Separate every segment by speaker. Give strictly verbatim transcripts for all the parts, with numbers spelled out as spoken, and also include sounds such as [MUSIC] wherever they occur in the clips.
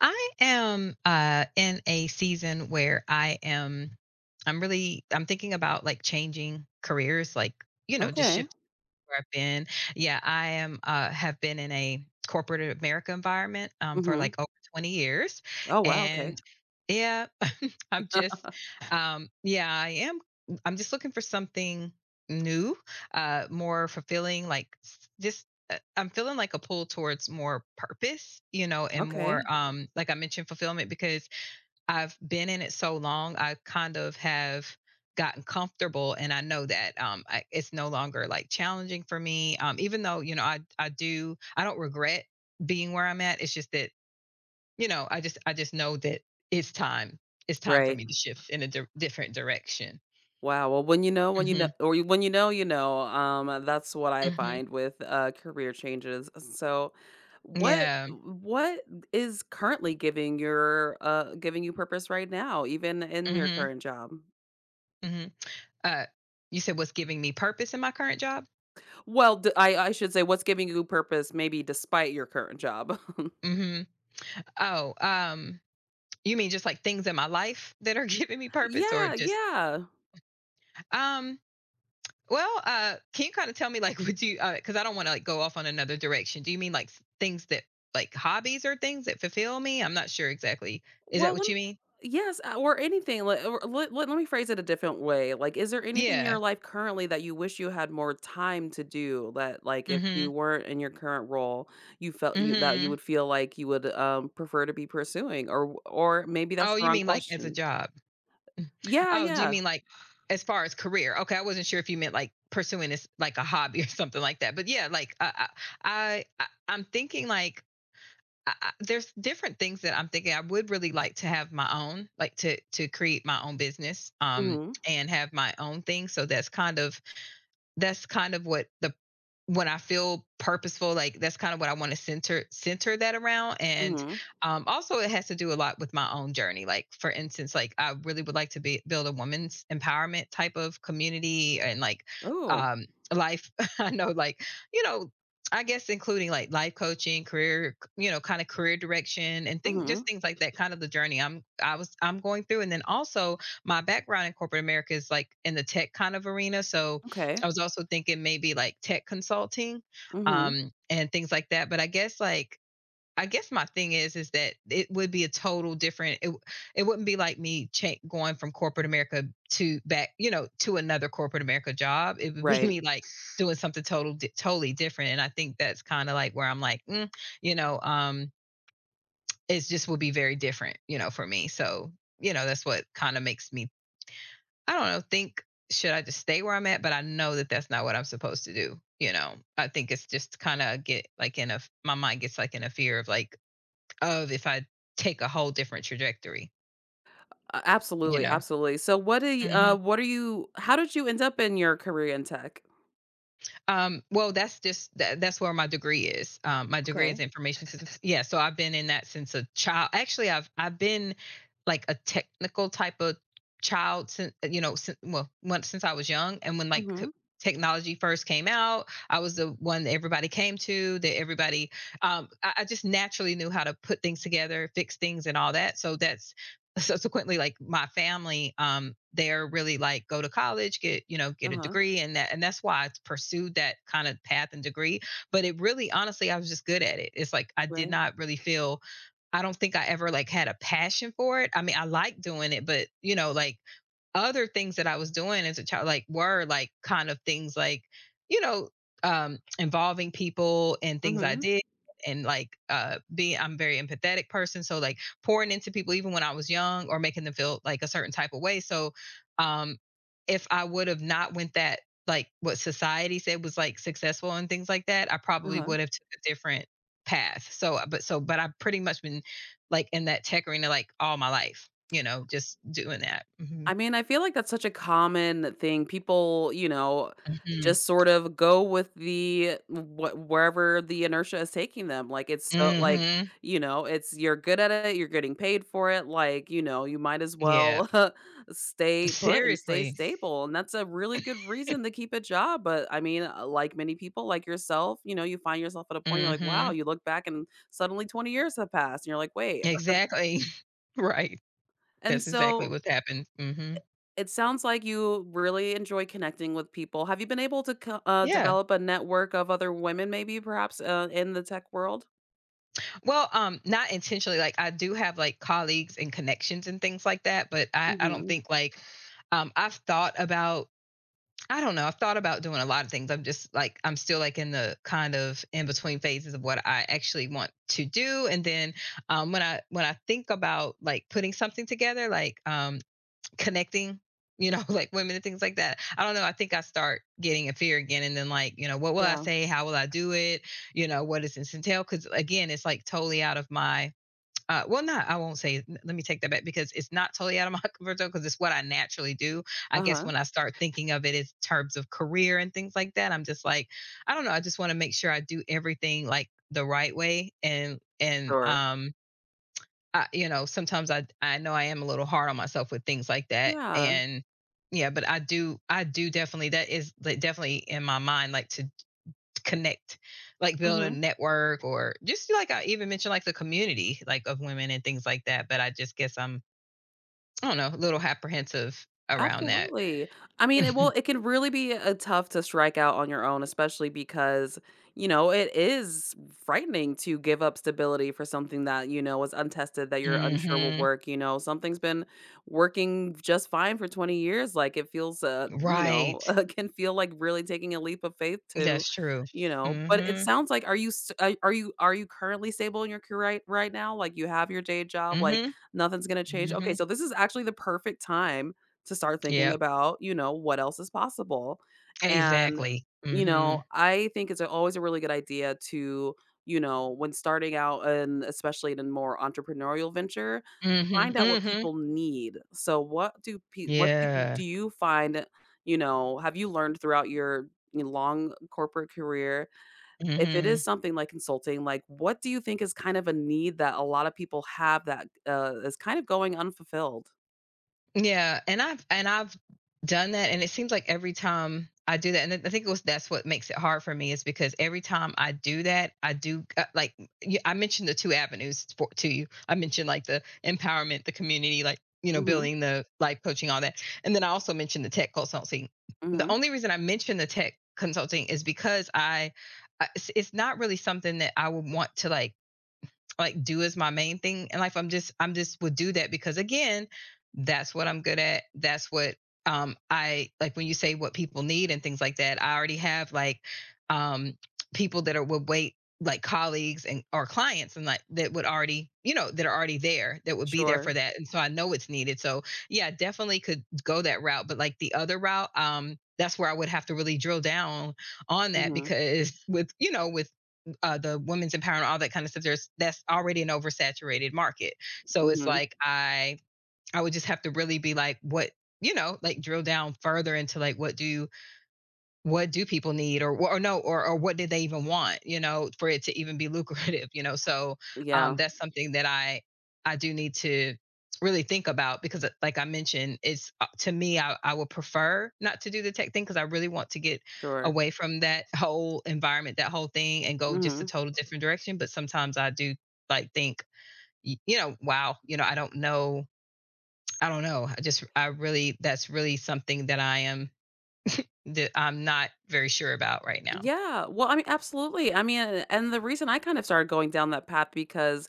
Speaker 1: I am uh, in a season where I am, I'm really, I'm thinking about, like changing careers, like, you know, just
Speaker 2: Okay.
Speaker 1: shifting where I've been. Yeah, I am, uh, have been in a corporate America environment um, for
Speaker 2: Mhm.
Speaker 1: like over twenty years.
Speaker 2: Oh, wow, okay.
Speaker 1: And yeah, I'm just, um, yeah, I am. I'm just looking for something new, uh, more fulfilling. Like s- just, uh, I'm feeling like a pull towards more purpose, you know, and
Speaker 2: Okay.
Speaker 1: more, um, like I mentioned, fulfillment because I've been in it so long. I kind of have gotten comfortable, and I know that um, I, it's no longer like challenging for me. Um, even though you know, I I do, I don't regret being where I'm at. It's just that you know, I just I just know that it's time. It's time for
Speaker 2: Right.
Speaker 1: me to shift in a di- different direction.
Speaker 2: Wow, well, when you know, when you know
Speaker 1: Mhm.
Speaker 2: or you- when you know, you know, um, uh, that's what I
Speaker 1: Mhm.
Speaker 2: find with, uh, career changes. So, what
Speaker 1: Yeah.
Speaker 2: what is currently giving your uh, giving you purpose right now, even in your
Speaker 1: Mhm.
Speaker 2: current job?
Speaker 1: Mhm. Uh you said what's giving me purpose in my current job?
Speaker 2: Well, d I I should say what's giving you purpose maybe despite your current job. [LAUGHS]
Speaker 1: Mhm. Oh, um you mean just like things in my life that are [LAUGHS] giving me purpose or
Speaker 2: Yeah,
Speaker 1: just
Speaker 2: yeah.
Speaker 1: um well, uh can you kind of tell me, like, [LAUGHS] would you, uh, cuz I don't want to like go off on another direction. Do you mean like s- things that like hobbies or things that fulfill me? I'm not sure exactly. Is that
Speaker 2: Well,
Speaker 1: what you
Speaker 2: lem
Speaker 1: mean?
Speaker 2: yes, uh, or anything, like, or let let let me phrase it a different way, like, is there anything in
Speaker 1: Yeah.
Speaker 2: your life currently that you wish you had more time to do that, like, if you
Speaker 1: Mhm.
Speaker 2: weren't in your current role, you felt you that you
Speaker 1: Mhm.
Speaker 2: would feel like you would, um, prefer to be pursuing or w or maybe that's
Speaker 1: Oh,
Speaker 2: the
Speaker 1: you
Speaker 2: wrong
Speaker 1: mean like as a
Speaker 2: question.
Speaker 1: job?
Speaker 2: Yeah,
Speaker 1: Oh, do you
Speaker 2: yeah.
Speaker 1: mean like as far as career? Okay, I wasn't sure if you meant like pursuing this like a hobby [LAUGHS] or something like that. But yeah, like uh, I I, I I'm thinking like I, I, there's different things that I'm thinking I would really like to have my own, like to to create my own business. Um
Speaker 2: Mhm,
Speaker 1: and have my own thing, so that's kind of that's kind of what the, when I feel purposeful, like that's kind of what I want to center center that around. And
Speaker 2: mhm.
Speaker 1: um, also, it has to do a lot with my own journey. Like for instance, like I really would like to be build a women's empowerment type of community and like
Speaker 2: Ooh,
Speaker 1: um, life. [LAUGHS] I know, like you know. I guess including like life coaching, career, you know, kind of career direction and think just
Speaker 2: mhm,
Speaker 1: things like that, kind of the journey I'm I was I'm going through. And then also my background in corporate America is like in the tech kind of arena. So
Speaker 2: okay,
Speaker 1: I was also thinking maybe like tech consulting,
Speaker 2: mhm,
Speaker 1: um, and things like that. But I guess like I guess my thing is is that it would be a total different. It w- it wouldn't be like me cha- going from corporate America to back, you know, to another corporate America job. It would be [LAUGHS]
Speaker 2: right.
Speaker 1: me like doing something total di- totally different. And I think that's kind of like where I'm like, mm, you know, um, it just would be very different, you know, for me. So you know, that's what kind of makes me, I don't know, think, should I just stay where I'm at? But I know that that's not what I'm supposed to do. You know, I think it's just kind of get like in a, my mind gets like in a fear of like, of if I take a whole different trajectory.
Speaker 2: A
Speaker 1: You
Speaker 2: Absolutely,
Speaker 1: know.
Speaker 2: absolutely. So what do you uh,
Speaker 1: Mhm.
Speaker 2: what are you how did you end up in your career in tech?
Speaker 1: Um, well, that's just that, that's where my degree is. Um, my degree is
Speaker 2: Okay.
Speaker 1: information systems. Yeah, so I've been in that since a child. Actually, I've I've been like a technical type of child since you know since well once since I was young, and when like c-
Speaker 2: Mhm.
Speaker 1: technology first came out, I was the one that everybody came to. That everybody, um, I, I just naturally knew how to put things together, fix things, and all that. So that's subsequently like my family, um they're really like go to college, get you know get a
Speaker 2: Uh-huh.
Speaker 1: degree, and that and that's why I pursued that kind of path and degree. But it really honestly I was just good at it. It's like I did
Speaker 2: Right.
Speaker 1: not really feel, I don't think I ever like had a passion for it. I mean I like doing it, but you know like other things that I was doing as a child, like, were like kind of things like, you know, um, involving people and things I
Speaker 2: Mhm.
Speaker 1: did, and like uh being, I'm a very empathetic person. So like pouring into people even when I was young or making them feel like a certain type of way. So um if I would have not went that, like what society said was like successful and things like that, I probably
Speaker 2: Uh-huh.
Speaker 1: would have took a different path. So uh, but so but I've pretty much been like in that tech arena like all my life, you know, just doing that. Mhm.
Speaker 2: I mean, I feel like that's such a common thing. People, you know,
Speaker 1: Mm,
Speaker 2: just sort of go with the what wherever the inertia is taking them. Like it's so like,
Speaker 1: mhm,
Speaker 2: you know, it's you're good at it, you're getting paid for it, like, you know, you might as well
Speaker 1: yep.
Speaker 2: [LAUGHS] stay put and stay
Speaker 1: Seriously.
Speaker 2: stable. And that's a really good reason to keep a job, but I mean, uh, like many people like yourself, you know, you find yourself at a point you're like, "Wow,"
Speaker 1: Mhm.
Speaker 2: you look back and suddenly twenty years have passed and you're like, "Wait."
Speaker 1: Exactly. [LAUGHS] Right.
Speaker 2: And
Speaker 1: That's exactly
Speaker 2: so.
Speaker 1: what's happened. Mhm.
Speaker 2: It sounds like you really enjoy connecting with people. Have you been able to co uh,
Speaker 1: Yeah.
Speaker 2: develop a network of other women maybe perhaps, uh, in the tech world?
Speaker 1: Well, um, not intentionally, like, I do have, like, colleagues and connections and things like that, but I I don't
Speaker 2: Mhm.
Speaker 1: think, like, um, I've thought about, I don't know, I've thought about doing a lot of things. I'm just, like, I'm still, like, in the kind of in between phases of what I actually want to do, and then, um, when I when I think about, like, putting something together, like, um, connecting, you know, [LAUGHS] like women and things like that. I don't know. I think I start getting a fear again. And then, like, you know, what will I
Speaker 2: Yeah.
Speaker 1: say? How will I do it? You know, what does this entail? Because again, it's like totally out of my, uh, well, not, I won't say, let me take that back because it's not totally out of [LAUGHS] my comfort zone because it's what I naturally do. I guess
Speaker 2: Uh-huh.
Speaker 1: when I start thinking of it in terms of career and things like that, I'm just like, I don't know. I just want to make sure I do everything like the right way, and, and,
Speaker 2: Sure.
Speaker 1: um, I, you know, sometimes I I know I am a little hard on myself with things like that,
Speaker 2: Yeah.
Speaker 1: and yeah, but I do I do definitely, that is like definitely in my mind, like, to connect, like build a
Speaker 2: Mhm.
Speaker 1: network or just like I even mentioned like the community like of women and things like that. But I just guess I'm, I don't know, a little apprehensive around that.
Speaker 2: Absolutely. I mean, it well,
Speaker 1: [LAUGHS]
Speaker 2: it can really be, uh, tough to strike out on your own, especially because, you know, it is frightening to give up stability for something that, you know, is untested, that you're unsure will
Speaker 1: Mhm.
Speaker 2: work, you know? Something's been working just fine for twenty years, like, it feels, uh, you
Speaker 1: Right.
Speaker 2: know, [LAUGHS] uh, can feel like really taking a leap of faith to
Speaker 1: That's true.
Speaker 2: you know, but it
Speaker 1: Mhm.
Speaker 2: sounds like are you s uh, are you are you currently stable in your career right right now? Like, you have your day job, like,
Speaker 1: Mhm.
Speaker 2: nothing's gonna change? Okay,
Speaker 1: Mhm.
Speaker 2: so this is actually the perfect time to start thinking
Speaker 1: Yep.
Speaker 2: about, you know, what else is possible. And,
Speaker 1: Exactly.
Speaker 2: you know,
Speaker 1: Mhm.
Speaker 2: I think it's always a really good idea to, you know, when starting out and especially in a more entrepreneurial venture,
Speaker 1: Mhm.
Speaker 2: find out what
Speaker 1: Mhm.
Speaker 2: people need. So what do pe what do
Speaker 1: Yeah.
Speaker 2: do you find, you know, have you learned throughout your you know, long corporate career, if it is
Speaker 1: Mhm.
Speaker 2: something like consulting, like what do you think is kind of a need that a lot of people have that, uh, is kind of going unfulfilled?
Speaker 1: Yeah, and I've and I've done that, and it seems like every time I do that, and I think it was, that's what makes it hard for me, is because every time I do that, I do, uh, like, you- I mentioned the two avenues for, to you. I mentioned like the empowerment, the community, like you know,
Speaker 2: Mhm,
Speaker 1: building the life coaching, all that, and then I also mentioned the tech consulting. The
Speaker 2: mhm,
Speaker 1: only reason I mentioned the tech consulting is because I, I- it's it's not really something that I would want to like like do is my main thing in life. I'm just I'm just would do that because again, that's what I'm good at. That's what um I, like when you say what people need and things like that. I already have like um people that are would wait, like colleagues and or clients and like that would already you know that are already there that would be there for
Speaker 2: sure.
Speaker 1: that, and so I know it's needed. So yeah, I definitely could go that route. But like the other route, um that's where I would have to really drill down on that
Speaker 2: Mhm,
Speaker 1: because [LAUGHS] with you know with, uh, the women's empowerment, all that kind of stuff. There's, that's already an oversaturated market. So it's
Speaker 2: mhm.
Speaker 1: like I I would just have to really be like, what, you know, like drill down further into like, what do, what do people need, or or no or or what did they even want, you know, for it to even be [LAUGHS] lucrative, you know? So um
Speaker 2: Yeah,
Speaker 1: that's something that i i do need to really think about because, uh, like I mentioned it's, uh, to me i, I would prefer not to do the tech thing because I really want to get
Speaker 2: sure.
Speaker 1: away from that whole environment, that whole thing, and go just a
Speaker 2: Mhm.
Speaker 1: total different direction. But sometimes I do like think, y- you know, wow, you know, I don't know, I don't know, I just I really, that's really something that I am, that I'm not very sure about right now.
Speaker 2: Yeah, well, I mean, absolutely, I mean, a and the reason I kind of started going down that path because,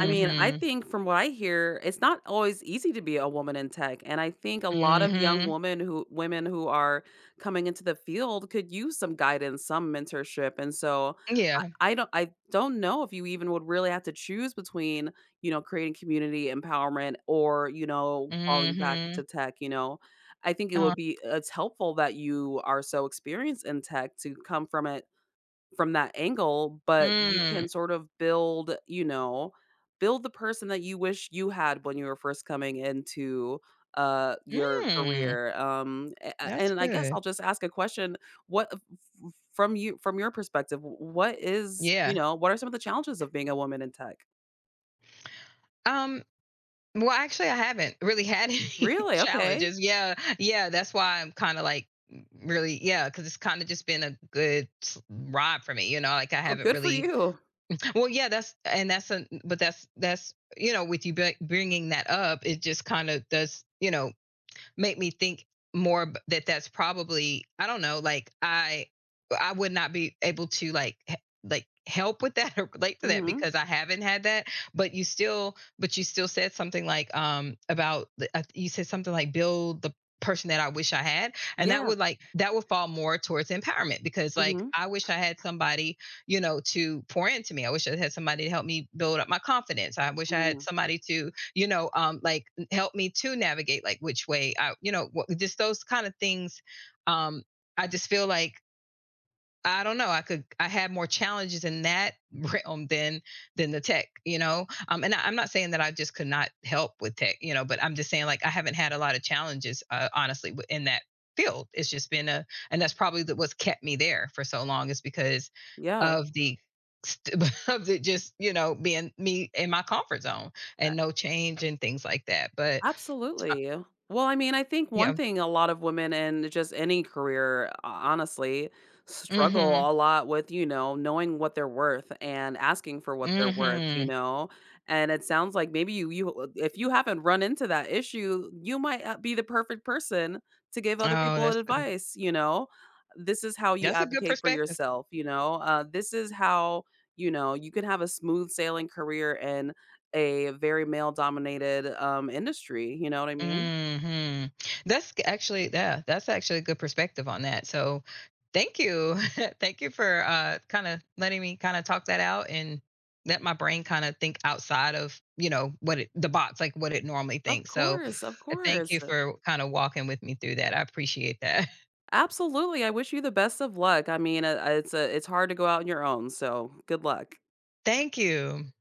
Speaker 2: I mean, I think from what I hear, it's not always easy to be a woman in tech, and I think a lot of young
Speaker 1: Mhm.
Speaker 2: women who women who are coming into the field could use some guidance, some mentorship, and so I
Speaker 1: Yeah.
Speaker 2: I don't I don't know if you even would really have to choose between, you know, creating community empowerment or, you know, falling back
Speaker 1: Mhm.
Speaker 2: to tech, you know? I think it
Speaker 1: Uh,
Speaker 2: would be it's helpful that you are so experienced in tech to come from it from that angle, but you
Speaker 1: mm.
Speaker 2: can sort of build, you know, build the person that you wish you had when you were first coming into, uh, your
Speaker 1: Mm.
Speaker 2: career, um, a a
Speaker 1: That's
Speaker 2: and I guess
Speaker 1: good.
Speaker 2: I'll just ask a question, what f f from you from your perspective, w what is you
Speaker 1: Yeah.
Speaker 2: know, what are some of the challenges of being a woman in tech?
Speaker 1: Um, well, actually, I haven't really had [LAUGHS] any
Speaker 2: Really? Okay.
Speaker 1: challenges. Yeah. Yeah, that's why I'm kinda, like, really, yeah, because it's kinda just been a good s ride for me, you know? Like, I
Speaker 2: Oh,
Speaker 1: haven't
Speaker 2: good for
Speaker 1: really,
Speaker 2: you.
Speaker 1: well, yeah, that's, and that's a. but that's that's you know, with you b bringing that up, it just kinda does you know, make me think more that that's probably, I don't know, like I I would not be able to like like help with that or relate to that
Speaker 2: Mhm.
Speaker 1: because I haven't had that. But you still, but you still said something like, um about the- I you said something like build the person that I wish I had, and that
Speaker 2: Yeah.
Speaker 1: would like that would fall more towards empowerment because like
Speaker 2: Mhm.
Speaker 1: I wish I had somebody you know to pour into me, I wish I had somebody to help me build up my confidence, I wish I had
Speaker 2: Mhm.
Speaker 1: somebody to you know um like help me to navigate like which way I, you know, just those kind of things, um I just feel like I don't know. I could, I had more challenges in that [LAUGHS] realm than than the tech, you know. Um, and I, am not saying that I just could not help with tech, you know, but I'm just saying like I haven't had a lot of challenges, uh, honestly, in that field. It's just been a, and that's probably the, what's kept me there for so long is because
Speaker 2: Yeah.
Speaker 1: of the, [LAUGHS] of it just you know being me in my comfort zone, and no change and things like that. But
Speaker 2: Absolutely. Well, I mean, I think
Speaker 1: yeah,
Speaker 2: one thing a lot of women in just any career, ho honestly,
Speaker 1: mm-hmm,
Speaker 2: struggle a lot with, you know, knowing what they're worth and asking for what they're worth, you
Speaker 1: mm-hmm.
Speaker 2: know? And it sounds like maybe you you uh, if you haven't run into that issue, you might, uh, be the perfect person to give other
Speaker 1: Oh,
Speaker 2: people
Speaker 1: that's a,
Speaker 2: advice, you know? This is how you
Speaker 1: that's a good
Speaker 2: advocate for
Speaker 1: perspective.
Speaker 2: yourself, you know? Uh, this is how, you know, you can have a smooth sailing career and a very male dominated, um, industry, you know what I mean?
Speaker 1: Mhm. That's g Actually yeah, that's actually a good perspective on that. So, thank you. [LAUGHS] Thank you for, uh, kinda letting me kinda talk that out and let my brain kinda think outside of, you know, what it, the box, like, what it normally
Speaker 2: Of
Speaker 1: thinks. So,
Speaker 2: course, of
Speaker 1: uh, thank you
Speaker 2: course.
Speaker 1: for kinda walking with me through that. I appreciate that. [LAUGHS]
Speaker 2: Absolutely, I wish you the best of luck. I mean, uh, uh, it's a it's hard to go out on your own, so good luck.
Speaker 1: Thank you.